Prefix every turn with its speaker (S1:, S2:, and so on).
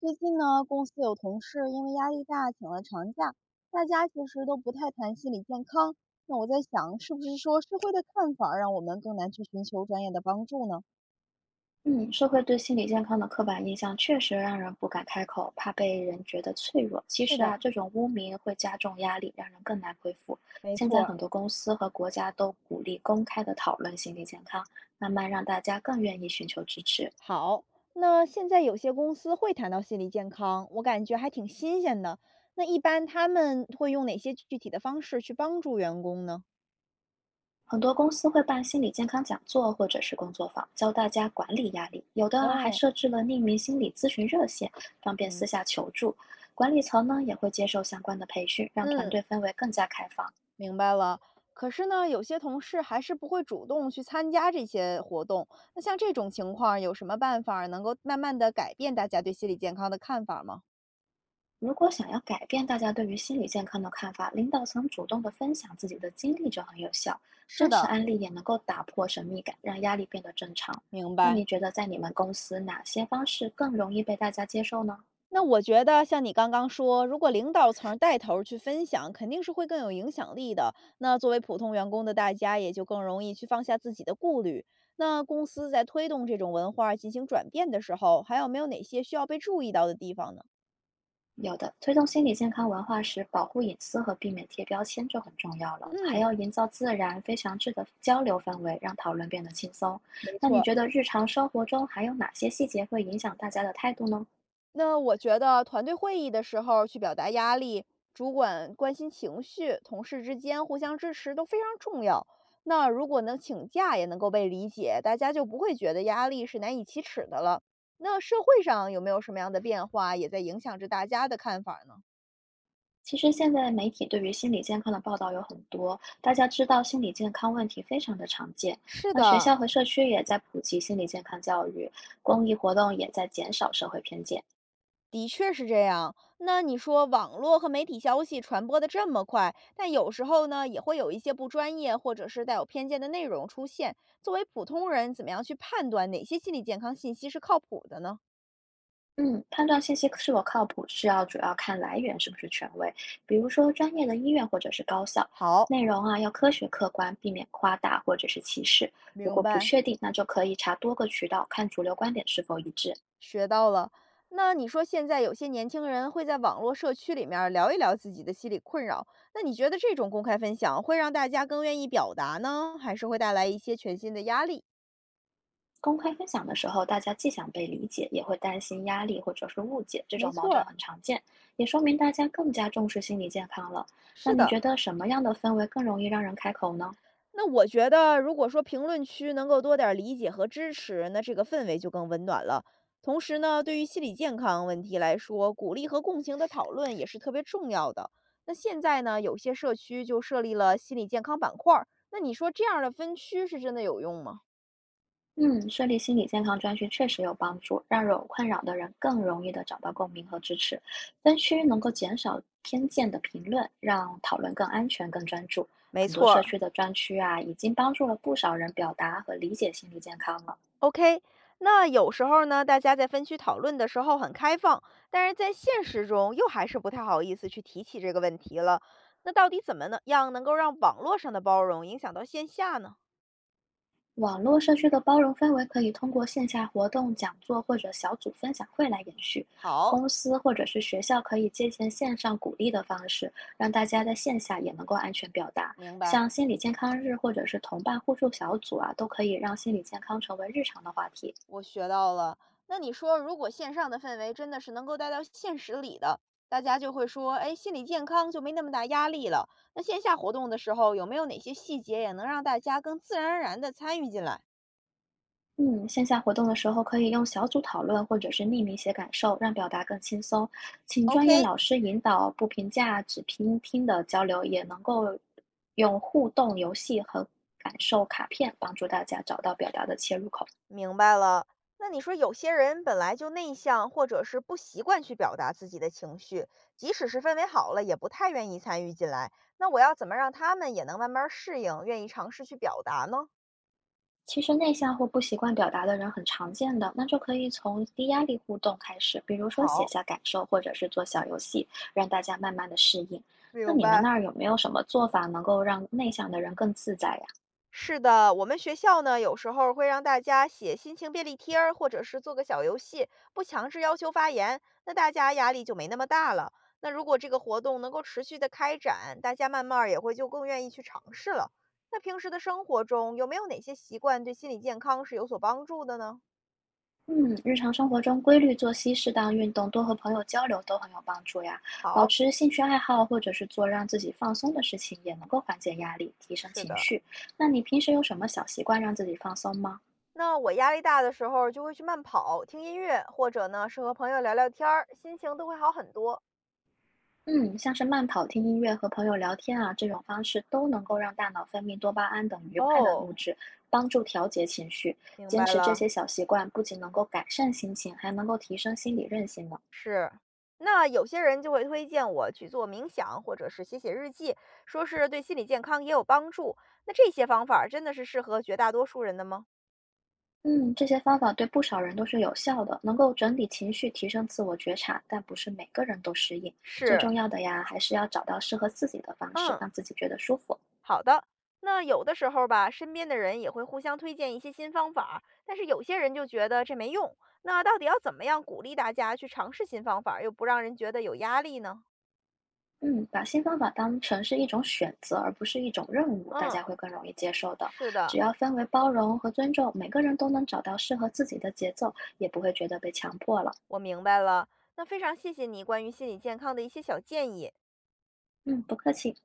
S1: 最近呢，公司有同事因为压力大请了长假，大家其实都不太谈心理健康。那我在想，是不是说社会的看法儿让我们更难去寻求专业的帮助呢？
S2: 嗯，社会对心理健康的刻板印象确实让人不敢开口，怕被人觉得脆弱。其
S1: 是
S2: 实啊，
S1: 的，
S2: 这种污名会加重压力，让人更难恢复。
S1: 没
S2: 现在
S1: 错儿。
S2: 很多公司和国家都鼓励公开的讨论心理健康，慢慢让大家更愿意寻求支持。
S1: 好，那现在有些公司会谈到心理健康，我感觉还挺新鲜的。那一般他们会用哪些具体的方式去帮助员工呢？
S2: 很多公司会办心理健康讲座或者是工作坊，教大家管理压力。有的啊，还
S1: 哦，
S2: 设置了匿名心理咨询热线，方便私
S1: 明，
S2: 下求助。管理层呢也会接受相关的培训，让团
S1: 嗯，
S2: 队氛围更加开放。
S1: 明白了。可是呢，有些同事还是不会主动去参加这些活动。那像这种情况，有什么办法儿能够慢慢的改变大家对心理健康的看法吗？
S2: 如果想要改变大家对于心理健康的看法，领导层主动的分享自己的经历就很有效，
S1: 是
S2: 真实
S1: 的，
S2: 案例也能够打破神秘感，让压力变得正常。
S1: 明
S2: 那你
S1: 白。
S2: 觉得在你们公司哪些方式更容易被大家接受呢？
S1: 那我觉得像你刚刚说，如果领导层带头儿去分享，肯定是会更有影响力的。那作为普通员工的大家，也就更容易去放下自己的顾虑。那公司在推动这种文化进行转变的时候，还有没有哪些需要被注意到的地方呢？
S2: 有的，推动心理健康文化时，保护隐私和避免贴标签就很重要了，还
S1: 嗯，
S2: 要营造自然、非常质的交流氛围，让讨论变得轻松。
S1: 没
S2: 那你
S1: 错。
S2: 觉得日常生活中还有哪些细节会影响大家的态度呢？
S1: 那我觉得团队会议的时候去表达压力，主管关心情绪，同事之间互相支持都非常重要。那如果能请假也能够被理解，大家就不会觉得压力是难以启齿的了。那社会上有没有什么样的变化，也在影响着大家的看法呢？
S2: 其实现在媒体对于心理健康的报道有很多，大家知道心理健康问题非常的常见。
S1: 是
S2: 那学
S1: 的，
S2: 校和社区也在普及心理健康教育，公益活动也在减少社会偏见。
S1: 的确是这样。那你说网络和媒体消息传播的这么快，但有时候呢，也会有一些不专业或者是带有偏见的内容出现。作为普通人，怎么样去判断哪些心理健康信息是靠谱的呢？
S2: 嗯，判断信息是否靠谱是要主要看来源是不是权威，比如说专业的医院或者是高校。
S1: 好，
S2: 内容啊要科学客观，避免夸大或者是歧视。如果
S1: 明
S2: 不
S1: 白，
S2: 确定，那就可以查多个渠道，看主流观点是否一致。
S1: 学到了。那你说现在有些年轻人会在网络社区里面儿聊一聊自己的心理困扰，那你觉得这种公开分享会让大家更愿意表达呢，还是会带来一些全新的压力？
S2: 公开分享的时候，大家既想被理解，也会担心压力或者是误解，这
S1: 没
S2: 种矛
S1: 错
S2: 盾
S1: 儿，
S2: 很常见，也说明大家更加重视心理健康了。那
S1: 是
S2: 你
S1: 的。
S2: 觉得什么样的氛围更容易让人开口呢？
S1: 那我觉得，如果说评论区能够多点儿理解和支持，那这个氛围就更温暖了。同时呢，对于心理健康问题来说，鼓励和共情的讨论也是特别重要的。那现在呢，有些社区就设立了心理健康板块儿，那你说这样的分区是真的有用吗？
S2: 嗯，设立心理健康专区确实有帮助，让有困扰的人更容易的找到共鸣和支持。分区能够减少偏见的评论，让讨论更安全、更专注。
S1: 没
S2: 很多
S1: 错
S2: 社
S1: 儿，
S2: 区的专区啊，已经帮助了不少人表达和理解心理健康了。
S1: OK，那有时候呢，大家在分区讨论的时候很开放，但是在现实中又还是不太好意思去提起这个问题了。那到底怎么能样能够让网络上的包容影响到线下呢？
S2: 网络社区的包容氛围可以通过线下活动、讲座或者小组分享会来延续。
S1: 好，
S2: 公司或者是学校可以借鉴线上鼓励的方式，让大家在线下也能够安全表达。
S1: 明白，
S2: 像心理健康日或者是同伴互助小组啊，都可以让心理健康成为日常的话题。
S1: 我学到了。那你说，如果线上的氛围真的是能够带到现实里的，大家就会说，哎，心理健康就没那么大压力了。那线下活动的时候，有没有哪些细节也能让大家更自然而然地参与进来
S2: 嗯，线下活动的时候可以用小组讨论或者是匿名写感受，让表达更轻松。请专业
S1: ？OK。
S2: 老师引导，不评价，只倾听的交流，也能够用互动游戏和感受卡片帮助大家找到表达的切入口。
S1: 明白了。那你说有些人本来就内向，或者是不习惯去表达自己的情绪，即使是氛围好了，也不太愿意参与进来。那我要怎么让他们也能慢慢适应，愿意尝试去表达呢？
S2: 其实内向或不习惯表达的人很常见的，那就可以从低压力互动开始，比如说写
S1: 好，
S2: 下感受，或者是做小游戏，让大家慢慢的适应。那
S1: 明
S2: 你们那
S1: 白。
S2: 儿有没有什么做法能够让内向的人更自在呀？
S1: 是的，我们学校呢，有时候会让大家写心情便利贴儿，或者是做个小游戏，不强制要求发言，那大家压力就没那么大了。那如果这个活动能够持续的开展，大家慢慢儿也会就更愿意去尝试了。那平时的生活中，有没有哪些习惯对心理健康是有所帮助的呢？
S2: 嗯，日常生活中规律作息、适当运动、多和朋友交流都很有帮助呀。保
S1: 好，
S2: 持兴趣爱好，或者是做让自己放松的事情，也能够缓解压力，提升
S1: 是
S2: 情
S1: 的。
S2: 绪。那你平时有什么小习惯让自己放松吗？
S1: 那我压力大的时候，就会去慢跑、听音乐，或者呢是和朋友聊聊天儿，心情都会好很多。
S2: 嗯，像是慢跑、听音乐和朋友聊天啊，这种方式都能够让大脑分泌多巴胺等愉快的
S1: 哦，
S2: 物质，帮助调节情绪。
S1: 明
S2: 坚
S1: 白
S2: 持这
S1: 了。
S2: 些小习惯，不仅能够改善心情，还能够提升心理韧性呢。
S1: 是，那有些人就会推荐我去做冥想，或者是写写日记，说是对心理健康也有帮助。那这些方法儿真的是适合绝大多数人的吗？
S2: 嗯，这些方法对不少人都是有效的，能够整理情绪，提升自我觉察，但不是每个人都适应。最
S1: 是，
S2: 重要的呀，还是要找到适合自己的方式，
S1: 嗯，
S2: 让自己觉得舒服。
S1: 好的。那有的时候吧，身边的人也会互相推荐一些新方法儿但是有些人就觉得这没用。那到底要怎么样鼓励大家去尝试新方法儿又不让人觉得有压力呢？
S2: 嗯，把新方法当成是一种选择，而不是一种任务，大家
S1: 嗯，
S2: 会更容易接受的。
S1: 是的，
S2: 只要氛围包容和尊重，每个人都能找到适合自己的节奏，也不会觉得被强迫了。
S1: 我明白了。那非常谢谢你关于心理健康的一些小建议。
S2: 嗯，不客气。